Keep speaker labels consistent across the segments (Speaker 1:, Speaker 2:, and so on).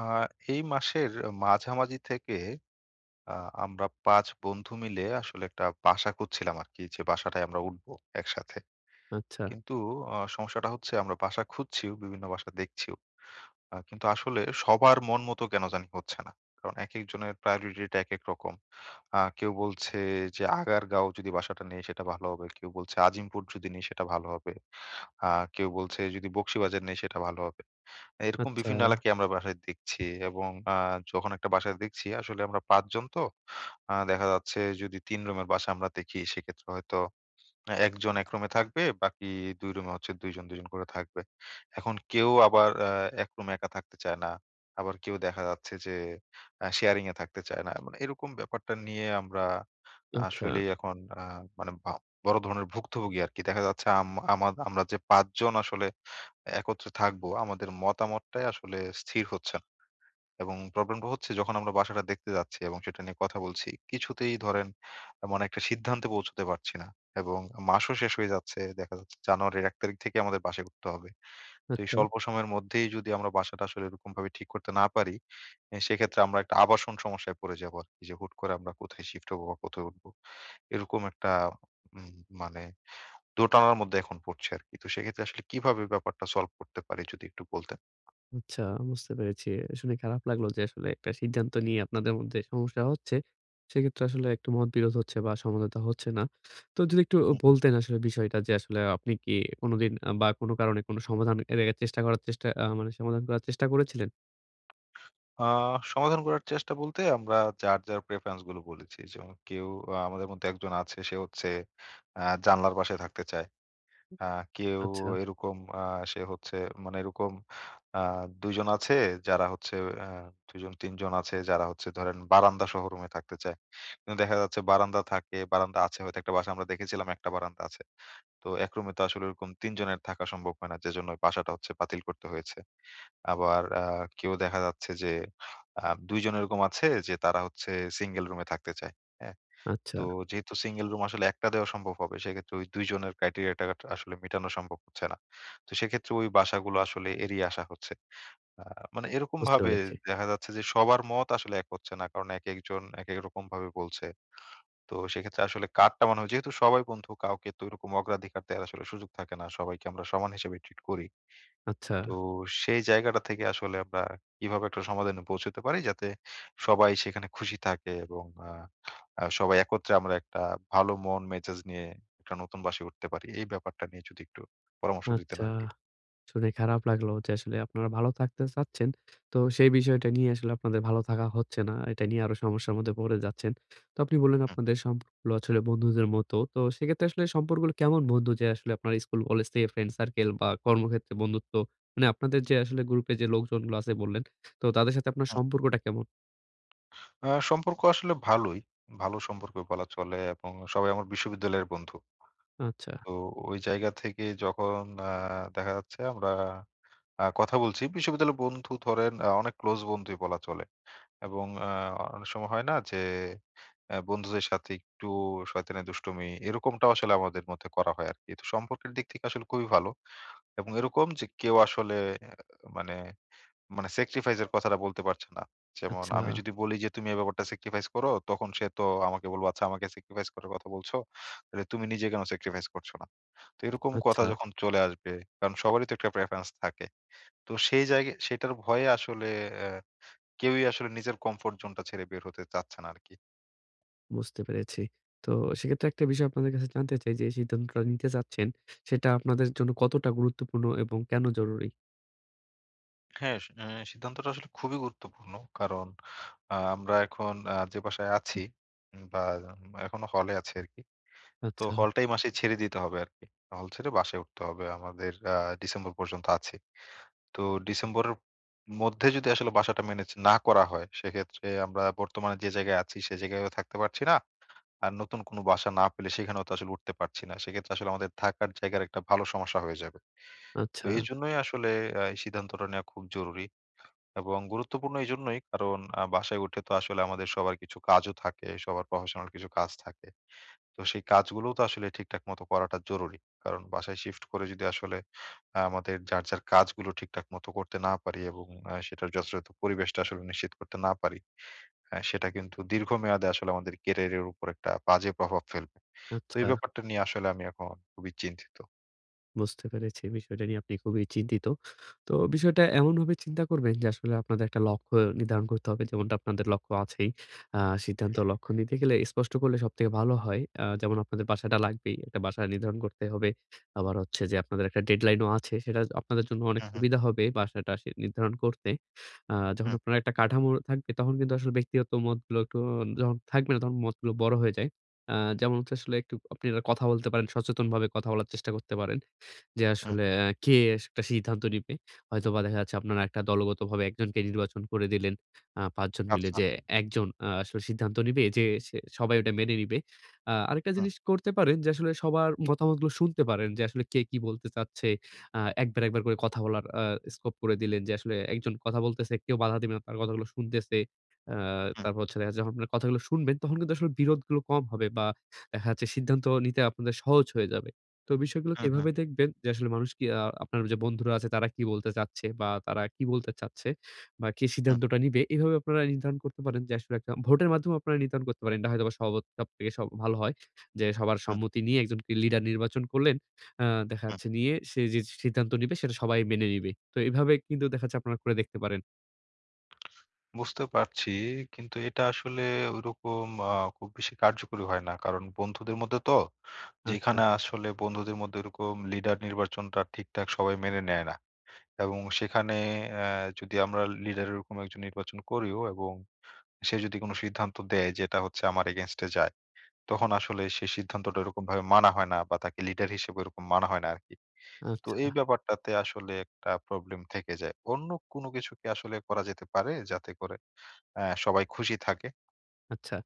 Speaker 1: আ এই মাসের মাঝামাঝি থেকে আ আমরা ৫ বন্ধু মিলে আসলে একটা বাসা খুঁজছিলাম আরকি, যে বাসাটায় আমরা উঠবো একসাথে।
Speaker 2: আচ্ছা,
Speaker 1: কিন্তু সমস্যাটা হচ্ছে আমরা বাসা খুঁজছিও, বিভিন্ন বাসা দেখছিও। কিন্তু আসলে সবার মন মতো কেন জানি হচ্ছে না। কারণ একেকজনের প্রায়োরিটি টা একেক রকম। কেউ বলছে যে আগারগাঁও যদি বাসাটা নেই সেটা ভালো হবে। কেউ বলছে আজিমপুর যদি নেই সেটা ভালো হবে। আ কেউ বলছে যদি বকশীবাজার নেই সেটা ভালো হবে। এরকম বিভিন্ন
Speaker 2: আচ্ছা,
Speaker 1: এলাকায় আমরা বাসায় দেখছি এবং যখন একটা বাসায় দেখছি আসলে আমরা ৫ জন তো। দেখা যাচ্ছে যদি ৩ রুমের বাসা আমরা দেখি সেক্ষেত্রে হয়তো না, একজন এক রুমে থাকবে, বাকি ২ রুমে হচ্ছে ২ জন, ২ জন করে থাকবে। এখন কেউ আবার এক রুমে একা থাকতে চায় না। আবার কেউ দেখা যাচ্ছে যে শেয়ারিং এ থাকতে চায় না। মানে এরকম ব্যাপারটা নিয়ে আমরা
Speaker 2: আচ্ছা,
Speaker 1: আসলেই এখন মানে বড় ধরনের ভুক্তভোগী আরকি। দেখা যাচ্ছে আম আমা আমরা যে ৫ জন আসলে একত্রে থাকবো, আমাদের মতামতটাই আসলে স্থির হচ্ছে না। এবং প্রবলেমটা হচ্ছে, যখন আমরা বাসাটা দেখতে যাচ্ছি এবং সেটা নিয়ে কথা বলছি, কিছুতেই ধরেন এমন একটা সিদ্ধান্তে পৌঁছতে পারছি না। এবং মাসও শেষ হয়ে যাচ্ছে। দেখা যাচ্ছে জানুয়ারির ১ তারিখ থেকে আমাদের বাসায় উঠতে হবে। তো এই
Speaker 2: আচ্ছা,
Speaker 1: স্বল্প সময়ের মধ্যেই যদি আমরা বাসাটা আসলে এরকমভাবে ঠিক করতে না পারি, সেক্ষেত্রে আমরা একটা আবাসন সমস্যায় পড়ে যাবো আরকি। যে হুট করে আমরা কোথায় শিফট হবো বা কোথায় উঠবো। এরকম একটা উম মানে দোটানার মধ্যে এখন পড়ছি আরকি। তো সেক্ষেত্রে আসলে কিভাবে ব্যাপারটা সলভ করতে পারি যদি একটু বলতেন?
Speaker 2: আচ্ছা, বুঝতে পেরেছি। শুনে খারাপ লাগলো যে আসলে একটা সিদ্ধান্ত নিয়ে আপনাদের মধ্যে সমস্যা হচ্ছে। সেক্ষেত্রে আসলে একটু মতবিরোধ হচ্ছে বা সমঝোতা হচ্ছে না। তো যদি একটু বলতেন আসলে বিষয়টা যে আসলে আপনি কি কোনোদিন বা কোনো কারণে কোনো সমাধান এর আগে চেষ্টা করার চেষ্টা আ মানে সমাধান করার চেষ্টা করেছিলেন?
Speaker 1: আ সমাধান করার চেষ্টা বলতে আমরা যার, যার প্রেফারেন্স গুলো বলেছি। যেমন কেউ আমাদের মধ্যে একজন আছে সে হচ্ছে জানলার পাশে থাকতে চায়। আ কেউ
Speaker 2: আচ্ছা,
Speaker 1: এরকম সে হচ্ছে মানে এরকম আ ২ জন আছে যারা হচ্ছে আ ২ জন ৩ জন আছে যারা হচ্ছে ধরেন বারান্দা সহ রুমে থাকতে চায়। কিন্তু দেখা যাচ্ছে বারান্দা থাকে, বারান্দা আছে, হয়তো একটা বাসায় আমরা দেখেছিলাম একটা বারান্দা আছে। তো এক রুমে তো আসলে ওরকম ৩ জনের থাকা সম্ভব হয় না। যেজন্য ওই বাসাটা হচ্ছে বাতিল করতে হয়েছে। আবার কেউ দেখা যাচ্ছে যে ২ জন এরকম আছে যে তারা হচ্ছে সিঙ্গেল রুমে থাকতে চায়। হ্যাঁ?
Speaker 2: আচ্ছা,
Speaker 1: তো যেহেতু সিঙ্গেল রুম আসলে একটা দেওয়া সম্ভব হবে, সেক্ষেত্রে ওই ২ জনের ক্রাইটেরিয়াটা আসলে মেটানো সম্ভব হচ্ছে না। তো সেক্ষেত্রে ওই বাসাগুলো আসলে এড়িয়ে আসা হচ্ছে। আ মানে
Speaker 2: বুঝতে
Speaker 1: এরকমভাবে
Speaker 2: পেরেছি।
Speaker 1: দেখা যাচ্ছে যে সবার মত আসলে এক হচ্ছে না। কারণ একেকজন একেক রকমভাবে বলছে। তো সেক্ষেত্রে আসলে কার্ডটা মনে হয়, যেহেতু সবাই বন্ধু কাউকে তো এরকম অগ্রাধিকার দেওয়ার আসলে সুযোগ থাকে না, সবাইকে আমরা সমান হিসেবে ট্রিট করি।
Speaker 2: আচ্ছা,
Speaker 1: তো সেই জায়গাটা থেকে আসলে আমরা কিভাবে একটা সমাধানে পৌঁছতে পারি যাতে সবাই সেখানে খুশি থাকে এবং আহ, আহ, সবাই একত্রে আমরা একটা ভালো মন মেজাজ নিয়ে একটা নতুন বাসে উঠতে পারি, এই ব্যাপারটা নিয়ে যদি একটু পরামর্শ দিতেন
Speaker 2: আচ্ছা।
Speaker 1: আর কি।
Speaker 2: শুনে খারাপ লাগলো যে আসলে আপনারা ভালো থাকতে চাচ্ছেন। তো সেই বিষয়টা নিয়ে আসলে আপনাদের ভালো থাকা হচ্ছে না। এটা নিয়ে আরো সমস্যার মধ্যে পড়ে যাচ্ছেন। তো আপনি বললেন
Speaker 1: হুম,
Speaker 2: আপনাদের সম্পর্কগুলো আসলে বন্ধুদের মতো। তো সেক্ষেত্রে আসলে সম্পর্কগুলো কেমন বন্ধু যে আসলে আপনার স্কুল, কলেজ থেকে ফ্রেন্ড সার্কেল বা কর্মক্ষেত্রে বন্ধুত্ব মানে আপনাদের যে আসলে গ্রুপে যে লোকজনগুলো আছে বললেন, তো তাদের সাথে আপনার
Speaker 1: হুম।
Speaker 2: সম্পর্কটা কেমন?
Speaker 1: সম্পর্ক আসলে ভালোই, ভালো সম্পর্ক বলা চলে, এবং সবাই আমার বিশ্ববিদ্যালয়ের বন্ধু।
Speaker 2: আচ্ছা,
Speaker 1: তো ওই জায়গা থেকে, যখন দেখা যাচ্ছে আমরা কথা বলছি। বিশ্ববিদ্যালয়ের বন্ধু ধরেন অনেক ক্লোজ বন্ধুই বলা চলে। এবং অনেক সময় হয় না যে বন্ধুদের সাথে একটু শয়তানি দুষ্টুমি এরকমটাও আসলে আমাদের মধ্যে করা হয় আরকি। তো সম্পর্কের দিক থেকে আসলে খুবই ভালো। এবং এরকম যে কেউ আসলে আ মানে মানে স্যাক্রিফাইস এর কথাটা বলতে পারছে না। যেমন
Speaker 2: আচ্ছা,
Speaker 1: আমি যদি বলি যে তুমি এই ব্যাপারটা স্যাক্রিফাইস করো, তখন সে তো আমাকে বলবে, "আচ্ছা, আমাকে স্যাক্রিফাইস করার কথা বলছো। তাহলে তুমি নিজে কেন স্যাক্রিফাইস করছো না?" তো এরকম কথা
Speaker 2: আচ্ছা,
Speaker 1: যখন চলে আসবে, কারণ সবারই তো একটা প্রেফারেন্স থাকে। তো সেই জায়গা, সেটার ভয়ে আসলে অ্যা কেউই আসলে নিজের কমফোর্ট জোনটা ছেড়ে বের হতে চাচ্ছে না আরকি।
Speaker 2: বুঝতে পেরেছি। তো সেক্ষেত্রে একটা বিষয় আপনাদের কাছে জানতে চাই যে এই সিদ্ধান্তটা নিতে চাচ্ছেন, সেটা আপনাদের জন্য কতটা গুরুত্বপূর্ণ এবং কেন জরুরি?
Speaker 1: হ্যাঁ, সি অ্যা সিদ্ধান্তটা আসলে খুবই গুরুত্বপূর্ণ। কারণ আমরা এখন যে বাসায় আছি, উম বা এখনো হলে আছি আরকি। তো
Speaker 2: আচ্ছা,
Speaker 1: হলটাই মাসে ছেড়ে দিতে হবে আরকি। হল ছেড়ে বাসায় উঠতে হবে। আমাদের ডিসেম্বর পর্যন্ত আছে। তো ডিসেম্বরের মধ্যে যদি আসলে বাসাটা মেনেজ না করা হয়, সেক্ষেত্রে আমরা বর্তমানে যে জায়গায় আছি সে জায়গায়ও থাকতে পারছি না। আর নতুন কোনো বাসা না পেলে সেখানেও তো আসলে উঠতে পারছি না। সেক্ষেত্রে আসলে আমাদের থাকার জায়গার একটা ভালো সমস্যা হয়ে যাবে। তো
Speaker 2: আচ্ছা,
Speaker 1: এজন্যই আসলে এই সিদ্ধান্তটা নেওয়া খুব জরুরি এবং গুরুত্বপূর্ণ। এজন্যই কারণ বাসায় উঠে তো আসলে আমাদের সবার কিছু কাজও থাকে, সবার প্রফেশনাল কিছু কাজ থাকে। তো সেই কাজগুলোও তো আসলে ঠিকঠাক মতো করাটা জরুরি। কারণ বাসায় শিফট করে যদি আসলে আমাদের যার, যার কাজগুলো ঠিকঠাক মতো করতে না পারি এবং সেটার যথাযথ পরিবেশটা আসলে নিশ্চিত করতে না পারি, সেটা কিন্তু দীর্ঘমেয়াদে আসলে আমাদের ক্যারিয়ারের উপর একটা বাজে প্রভাব ফেলবে। তো এই
Speaker 2: আচ্ছা।
Speaker 1: ব্যাপারটা নিয়ে আসলে আমি এখন খুবই চিন্তিত।
Speaker 2: বুঝতে পেরেছি। বিষয়টা নিয়ে আপনি খুবই চিন্তিত। তো বিষয়টা এমনভাবে চিন্তা করবেন যে আসলে আপনাদের একটা লক্ষ্য নির্ধারণ করতে হবে। যেমনটা আপনাদের লক্ষ্য আছেই। আ সিদ্ধান্ত
Speaker 1: হুম,
Speaker 2: লক্ষ্য নিতে গেলে স্পষ্ট করলে সবথেকে ভালো হয়। যেমন আপনাদের বাসাটা লাগবেই। একটা বাসা নির্ধারণ করতে হবে। আবার হচ্ছে যে আপনাদের একটা ডেডলাইন ও আছে। সেটা আপনাদের জন্য অনেক
Speaker 1: হুম, হুম,
Speaker 2: সুবিধা হবে বাসাটা সে নির্ধারণ করতে। যখন
Speaker 1: হুম,
Speaker 2: আপনার একটা কাঠামো থাকবে তখন কিন্তু আসলে ব্যক্তিগত মতগুলো একটু যখন থাকবে না তখন মতগুলো বড় হয়ে যায়। আ যেমন হচ্ছে আসলে একটু আপনি কথা বলতে পারেন, সচেতনভাবে কথা বলার চেষ্টা করতে পারেন। যে
Speaker 1: হুম।
Speaker 2: আসলে কে একটা সিদ্ধান্ত নিবে। হয়তোবা দেখা যাচ্ছে আপনারা একটা দলগতভাবে একজনকে নির্বাচন করে দিলেন। ৫ জন মিলে
Speaker 1: আচ্ছা।
Speaker 2: যে একজন আসলে সিদ্ধান্ত নিবে যে সে সবাই ওটা মেনে নিবে। আরেকটা
Speaker 1: হুম,
Speaker 2: জিনিস করতে পারেন যে আসলে সবার মতামতগুলো শুনতে পারেন যে আসলে কে কি বলতে চাচ্ছে। একবার করে কথা বলার স্কোপ করে দিলেন যে আসলে একজন কথা বলতেছে, কেউ বাধা দিবে না, তার কথাগুলো শুনতেছে। আ
Speaker 1: হুম,
Speaker 2: তারপর হচ্ছে দেখা যাচ্ছে যখন আপনার কথাগুলো শুনবেন তখন কিন্তু আসলে বিরোধগুলো কম হবে বা দেখা যাচ্ছে সিদ্ধান্ত নিতে আপনাদের সহজ হয়ে যাবে। তো বিষয়গুলোকে
Speaker 1: হুম, হুম, হুম,
Speaker 2: এভাবে দেখবেন যে আসলে মানুষ কি আপনার যে বন্ধুরা আছে তারা কি বলতে চাচ্ছে বা কে
Speaker 1: হুম,
Speaker 2: সিদ্ধান্তটা নিবে। এভাবে আপনারা নির্ধারণ করতে পারেন যে আসলে একটা ভোটের মাধ্যমে আপনারা নির্ধারণ করতে পারেন। এটা হয়তোবা সবথেকে সব ভালো হয়। যে সবার
Speaker 1: হুম।
Speaker 2: সম্মতি নিয়ে একজনকে লিডার নির্বাচন করলেন। আ দেখা যাচ্ছে নিয়ে সে যে সিদ্ধান্ত নিবে সেটা সবাই মেনে নিবে। তো এভাবে কিন্তু দেখা যাচ্ছে আপনারা করে দেখতে পারেন।
Speaker 1: বুঝতে পারছি। কিন্তু এটা আসলে ঐরকম খুব বেশি কার্যকরী হয় না। কারণ বন্ধুদের মধ্যে তো,
Speaker 2: আচ্ছা,
Speaker 1: যেখানে আসলে বন্ধুদের মধ্যে এরকম লিডার নির্বাচনটা ঠিকঠাক সবাই মেনে নেয় না। এবং সেখানে অ্যা যদি আমরা লিডার এরকম একজন নির্বাচন করিও, এবং সে যদি কোনো সিদ্ধান্ত দেয় যেটা হচ্ছে আমার against এ যায়, তখন আসলে সেই সিদ্ধান্তটা ওরকমভাবে মানা হয় না, বা তাকে লিডার হিসেবে ওরকম মানা হয় না আরকি। তো
Speaker 2: আচ্ছা।
Speaker 1: এই ব্যাপারটাতে আসলে একটা প্রবলেম থেকে যায়। অন্য কোনো কিছু কি আসলে করা যেতে পারে, যাতে করে সবাই খুশি থাকে?
Speaker 2: আচ্ছা।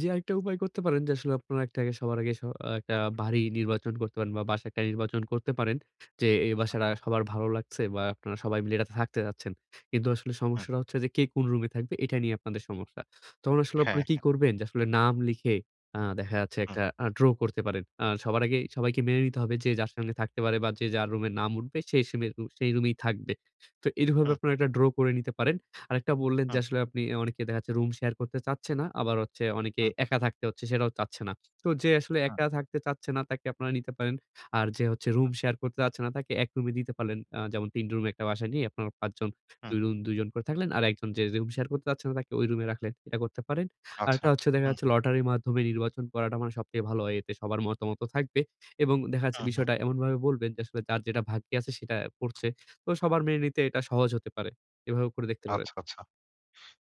Speaker 2: জি, আরেকটা উপায় করতে পারেন যে আসলে আপনারা একটা আগে সবার আগে স আ একটা বাড়ি নির্বাচন করতে পারেন বা বাসা একটা নির্বাচন করতে পারেন যে এই বাসাটা
Speaker 1: হুম।
Speaker 2: সবার ভালো লাগছে বা আপনারা সবাই মিলে এটাতে থাকতে চাচ্ছেন। কিন্তু আসলে
Speaker 1: হুম,
Speaker 2: সমস্যাটা হচ্ছে যে কে কোন রুমে থাকবে এটা নিয়ে আপনাদের সমস্যা। তখন আসলে আপনারা
Speaker 1: হ্যাঁ,
Speaker 2: কি করবেন যে আসলে নাম লিখে দেখা যাচ্ছে
Speaker 1: হুম,
Speaker 2: একটা ড্র করতে পারেন। সবার আগে সবাইকে মেনে নিতে হবে যে যার সঙ্গে থাকতে পারে বা যে যার রুমের নাম উঠবে সেই রুমেই থাকবে। তো এইভাবে
Speaker 1: হুম,
Speaker 2: আপনারা একটা ড্র করে নিতে পারেন। আরেকটা বললেন যে
Speaker 1: হুম,
Speaker 2: আসলে আপনি অনেকে দেখা যাচ্ছে রুম শেয়ার করতে চাচ্ছে না। আবার হচ্ছে অনেকে
Speaker 1: হুম,
Speaker 2: একা থাকতে হচ্ছে সেটাও চাচ্ছে না। তো যে আসলে
Speaker 1: হুম,
Speaker 2: একা থাকতে চাচ্ছে না তাকে আপনারা নিতে পারেন। আর যে হচ্ছে রুম শেয়ার করতে চাচ্ছে না তাকে ১ রুমে দিতে পারলেন। যেমন ৩ রুম একটা বাসায় নিয়ে আপনারা ৫ জন
Speaker 1: হুম,
Speaker 2: ২ রুম ২ জন করে থাকলেন। আর একজন যে রুম শেয়ার করতে চাচ্ছে না তাকে ওই রুমে রাখলেন। এটা করতে পারেন।
Speaker 1: আচ্ছা।
Speaker 2: আরেকটা হচ্ছে দেখা
Speaker 1: হুম,
Speaker 2: যাচ্ছে
Speaker 1: হুম,
Speaker 2: লটারির মাধ্যমে নির্বাচন করাটা মানে সবথেকে ভালো হয়। এতে সবার মতামতও থাকবে এবং দেখা যাচ্ছে
Speaker 1: হুম, হুম,
Speaker 2: বিষয়টা এমনভাবে বলবেন যে আসলে যার যেটা ভাগ্যে আছে সেটা পড়ছে। তো সবার মেনে নিতে এটা সহজ হতে পারে। এভাবে করে দেখতে পারেন।
Speaker 1: আচ্ছা, আচ্ছা।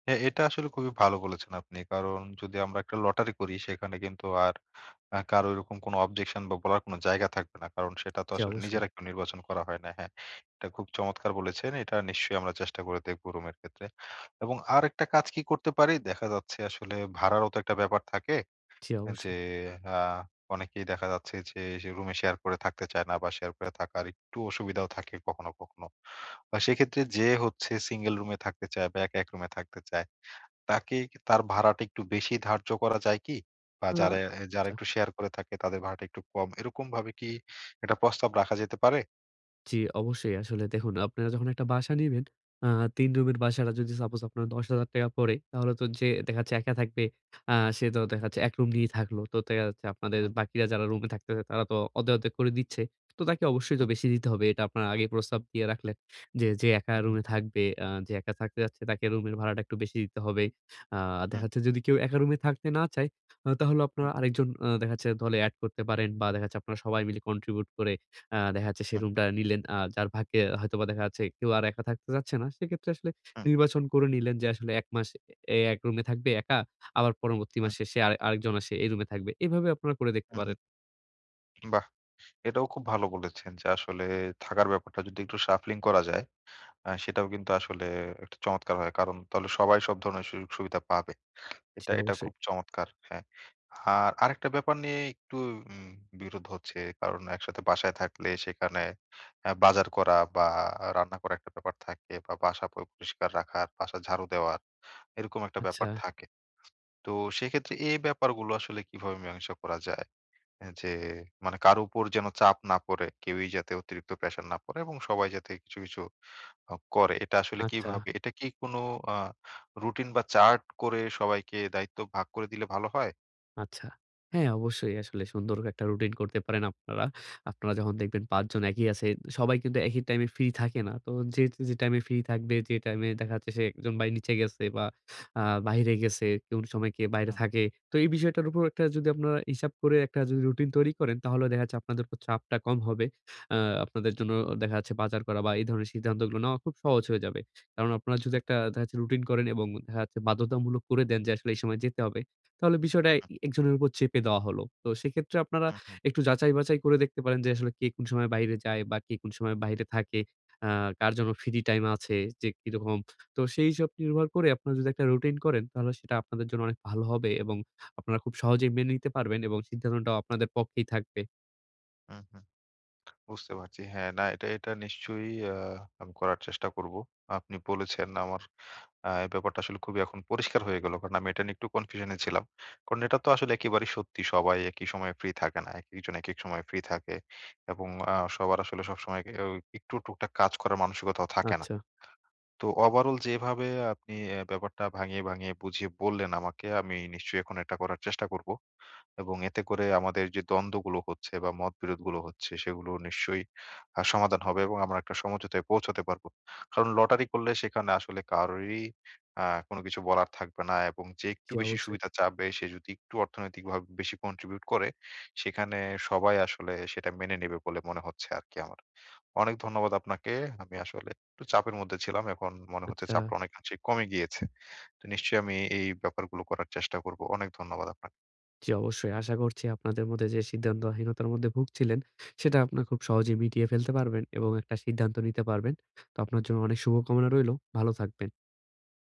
Speaker 1: হ্যাঁ, এটা আসলে খুবই ভালো বলেছেন আপনি। কারণ যদি আমরা একটা লটারি করি সেখানে কিন্তু আর কারো এরকম কোনো অবজেকশন বা বলার কোনো জায়গা থাকবে না। কারণ সেটা তো
Speaker 2: জি
Speaker 1: আসলে
Speaker 2: অবশ্যই,
Speaker 1: নিজেরা কেউ নির্বাচন করা হয় না। হ্যাঁ, এটা খুব চমৎকার বলেছেন। এটা নিশ্চয়ই আমরা চেষ্টা করে দেখব রুমের ক্ষেত্রে। এবং আরেকটা কাজ কি করতে পারি? দেখা যাচ্ছে আসলে ভাড়ারও তো একটা ব্যাপার থাকে।
Speaker 2: জি
Speaker 1: যে
Speaker 2: অবশ্যই।
Speaker 1: আ অনেকেই দেখা যাচ্ছে যে সে রুমে শেয়ার করে থাকতে চায় না, বা শেয়ার করে থাকার একটু অসুবিধাও থাকে কখনো, কখনো। সেক্ষেত্রে যে হচ্ছে সিঙ্গেল রুমে থাকতে চায় বা একা এক রুমে থাকতে চায়, তাকে কি- তার ভাড়াটা একটু বেশি ধার্য করা যায় কি? বা
Speaker 2: আ
Speaker 1: যারা যারা
Speaker 2: আচ্ছা।
Speaker 1: একটু শেয়ার করে থাকে তাদের ভাড়াটা একটু কম। এরকমভাবে কি একটা প্রস্তাব রাখা যেতে পারে?
Speaker 2: জি, অবশ্যই। আসলে দেখুন আপনারা যখন একটা বাসা নিবেন, আ ৩ রুমের বাসাটা যদি সাপোজ আপনার ৳১০,০০০ পড়ে, তাহলে তো যে দেখা যাচ্ছে একা থাকবে, সে তো দেখা যাচ্ছে ১ রুম নিয়েই থাকলো। তো দেখা যাচ্ছে আপনাদের
Speaker 1: হুম,
Speaker 2: বাকিরা যারা রুমে থাকতেছে তারা তো অর্ধেক করে দিচ্ছে। তো তাকে অবশ্যই তো
Speaker 1: হুম,
Speaker 2: বেশি দিতে হবে। এটা আপনারা আগেই প্রস্তাব দিয়ে রাখলেন। যে একা
Speaker 1: হুম, হুম,
Speaker 2: রুমে থাকবে, যে একা থাকতে যাচ্ছে তাকে রুমের ভাড়াটা একটু বেশি দিতে হবে। আ দেখা
Speaker 1: হুম,
Speaker 2: যাচ্ছে যদি কেউ একা রুমে থাকতে না চায়, তাহলে আপনারা আরেকজন দেখা যাচ্ছে দলে এড করতে পারেন বা দেখা যাচ্ছে আপনারা সবাই মিলে কন্ট্রিবিউট করে দেখা যাচ্ছে সেই
Speaker 1: হুম,
Speaker 2: রুমটা নিলেন। যার ভাগ্যে হয়তোবা দেখা যাচ্ছে কেউ আর একা থাকতে চাচ্ছে না। সেক্ষেত্রে আসলে
Speaker 1: হুম,
Speaker 2: নির্বাচন করে নিলেন যে আসলে ১ মাস এ এক রুমে থাকবে একা। আবার পরবর্তী
Speaker 1: হুম,
Speaker 2: মাসে সে আরেকজন আসে এই রুমে থাকবে। এভাবে আপনারা করে দেখতে
Speaker 1: হুম, হুম।
Speaker 2: পারেন।
Speaker 1: বাহ! এটাও খুব ভালো বলেছেন যে আসলে থাকার ব্যাপারটা যদি একটু shuffling করা যায়, সেটাও কিন্তু আসলে একটা চমৎকার হয়। কারণ তাহলে সবাই সব ধরনের সুযোগ সুবিধা পাবে।
Speaker 2: জি,
Speaker 1: এটা, এটা
Speaker 2: অবশ্যই।
Speaker 1: খুব চমৎকার। হ্যাঁ। আর আরেকটা ব্যাপার নিয়ে একটু উম বিরোধ হচ্ছে। কারণ একসাথে বাসায় থাকলে সেখানে বাজার করা বা রান্না করা একটা ব্যাপার থাকে, বা বাসা পরিষ্কার রাখার, বাসা ঝাড়ু দেওয়ার এরকম একটা
Speaker 2: আচ্ছা,
Speaker 1: ব্যাপার থাকে। তো সেক্ষেত্রে এই ব্যাপারগুলো আসলে কিভাবে মীমাংসা করা যায়? যে মানে কারো উপর যেন চাপ না পড়ে, কেউই যাতে অতিরিক্ত প্রেশার না পড়ে, এবং সবাই যাতে কিছু, কিছু করে। এটা আসলে
Speaker 2: আচ্ছা।
Speaker 1: কিভাবে, এটা কি কোনো আ রুটিন বা চার্ট করে সবাইকে দায়িত্ব ভাগ করে দিলে ভালো হয়?
Speaker 2: আচ্ছা। হ্যাঁ, অবশ্যই আসলে সুন্দর একটা রুটিন করতে পারেন আপনারা। আপনারা যখন দেখবেন ৫ জন একই আছে, সবাই কিন্তু একই টাইমে ফ্রি থাকে না। তো যে টাইমে ফ্রি থাকবে, যে টাইমে দেখা যাচ্ছে সে একজন ভাই নিচে গেছে বা বাহিরে গেছে, কোন সময় কে বাইরে
Speaker 1: হুম,
Speaker 2: থাকে। তো এই বিষয়টার উপর একটা যদি আপনারা হিসাব করে একটা যদি রুটিন তৈরি করেন, তাহলে দেখা যাচ্ছে আপনাদের উপর চাপটা কম হবে। আ আপনাদের জন্য দেখা যাচ্ছে বাজার করা বা এই ধরনের সিদ্ধান্তগুলো নেওয়া খুব সহজ হয়ে যাবে। কারণ আপনারা যদি
Speaker 1: হুম,
Speaker 2: একটা দেখা যাচ্ছে রুটিন করেন এবং দেখা যাচ্ছে বাধ্যতামূলক করে দেন যে আসলে এই সময় যেতে হবে। তাহলে বিষয়টা এ
Speaker 1: হুম,
Speaker 2: একজনের উপর চেপে দেওয়া হলো। তো সেক্ষেত্রে আপনারা
Speaker 1: হুম, হুম,
Speaker 2: একটু যাচাই-বাছাই করে দেখতে পারেন যে আসলে কে কোন সময় বাইরে যায় বা কে কোন সময় বাইরে থাকে। আ কার জন্য ফ্রি টাইম আছে যে কিরকম। তো সেই সব নির্ভর করে আপনারা যদি একটা রুটিন করেন তাহলে সেটা আপনাদের জন্য অনেক ভালো হবে এবং আপনারা খুব সহজেই মেনে নিতে পারবেন এবং সিদ্ধান্তটাও আপনাদের পক্ষেই থাকবে।
Speaker 1: হুম, হুম। বুঝতে পারছি। হ্যাঁ, না এটা, এটা নিশ্চয়ই আমি করার চেষ্টা করব। আপনি বলেছেন আমার এই ব্যাপারটা আসলে খুবই এখন পরিষ্কার হয়ে গেল। কারণ আমি এটা নিয়ে একটু কনফিউশনে ছিলাম। কারণ এটা তো আসলে একেবারেই সত্যি, সবাই একই সময়ে ফ্রি থাকে না। একেকজন একেক সময় ফ্রি থাকে, এবং সবার আসলে সবসময় এও একটু টুকটাক কাজ করার মানসিকতাও থাকে না।
Speaker 2: আচ্ছা।
Speaker 1: তো ওভারঅল যেভাবে আপনি ব্যাপারটা ভাঙিয়ে, ভাঙিয়ে বুঝিয়ে বললেন আমাকে, আমি নিশ্চয়ই এখন এটা করার চেষ্টা করব। এবং এতে করে আমাদের যে দ্বন্দ্বগুলো হচ্ছে বা মতবিরোধগুলো হচ্ছে, সেগুলো নিশ্চয়ই সমাধান হবে এবং আমরা একটা সমঝোতায় পৌঁছাতে পারবো। কারণ লটারি করলে সেখানে আসলে কারোরই আ কোনো কিছু বলার থাকবে না, এবং যে একটু
Speaker 2: জি,
Speaker 1: বেশি
Speaker 2: অবশ্যই।
Speaker 1: সুবিধা চাবে সে যদি একটু অর্থনৈতিকভাবে বেশি কন্ট্রিবিউট করে, সেখানে সবাই আসলে সেটা মেনে নেবে বলে মনে হচ্ছে আরকি আমার। অনেক ধন্যবাদ আপনাকে। আমি আসলে একটু চাপের মধ্যে ছিলাম। এখন মনে হচ্ছে
Speaker 2: আচ্ছা।
Speaker 1: চাপটা অনেকাংশেই কমে গিয়েছে। তো নিশ্চয়ই আমি এই ব্যাপারগুলো করার চেষ্টা করব। অনেক ধন্যবাদ আপনাকে।
Speaker 2: জি, অবশ্যই। আশা করছি আপনাদের মধ্যে যে সিদ্ধান্তহীনতার মধ্যে ভুগছিলেন, সেটা আপনারা খুব সহজেই মিটিয়ে ফেলতে পারবেন এবং একটা সিদ্ধান্ত নিতে পারবেন। তো আপনার জন্য অনেক শুভকামনা রইলো। ভালো থাকবেন।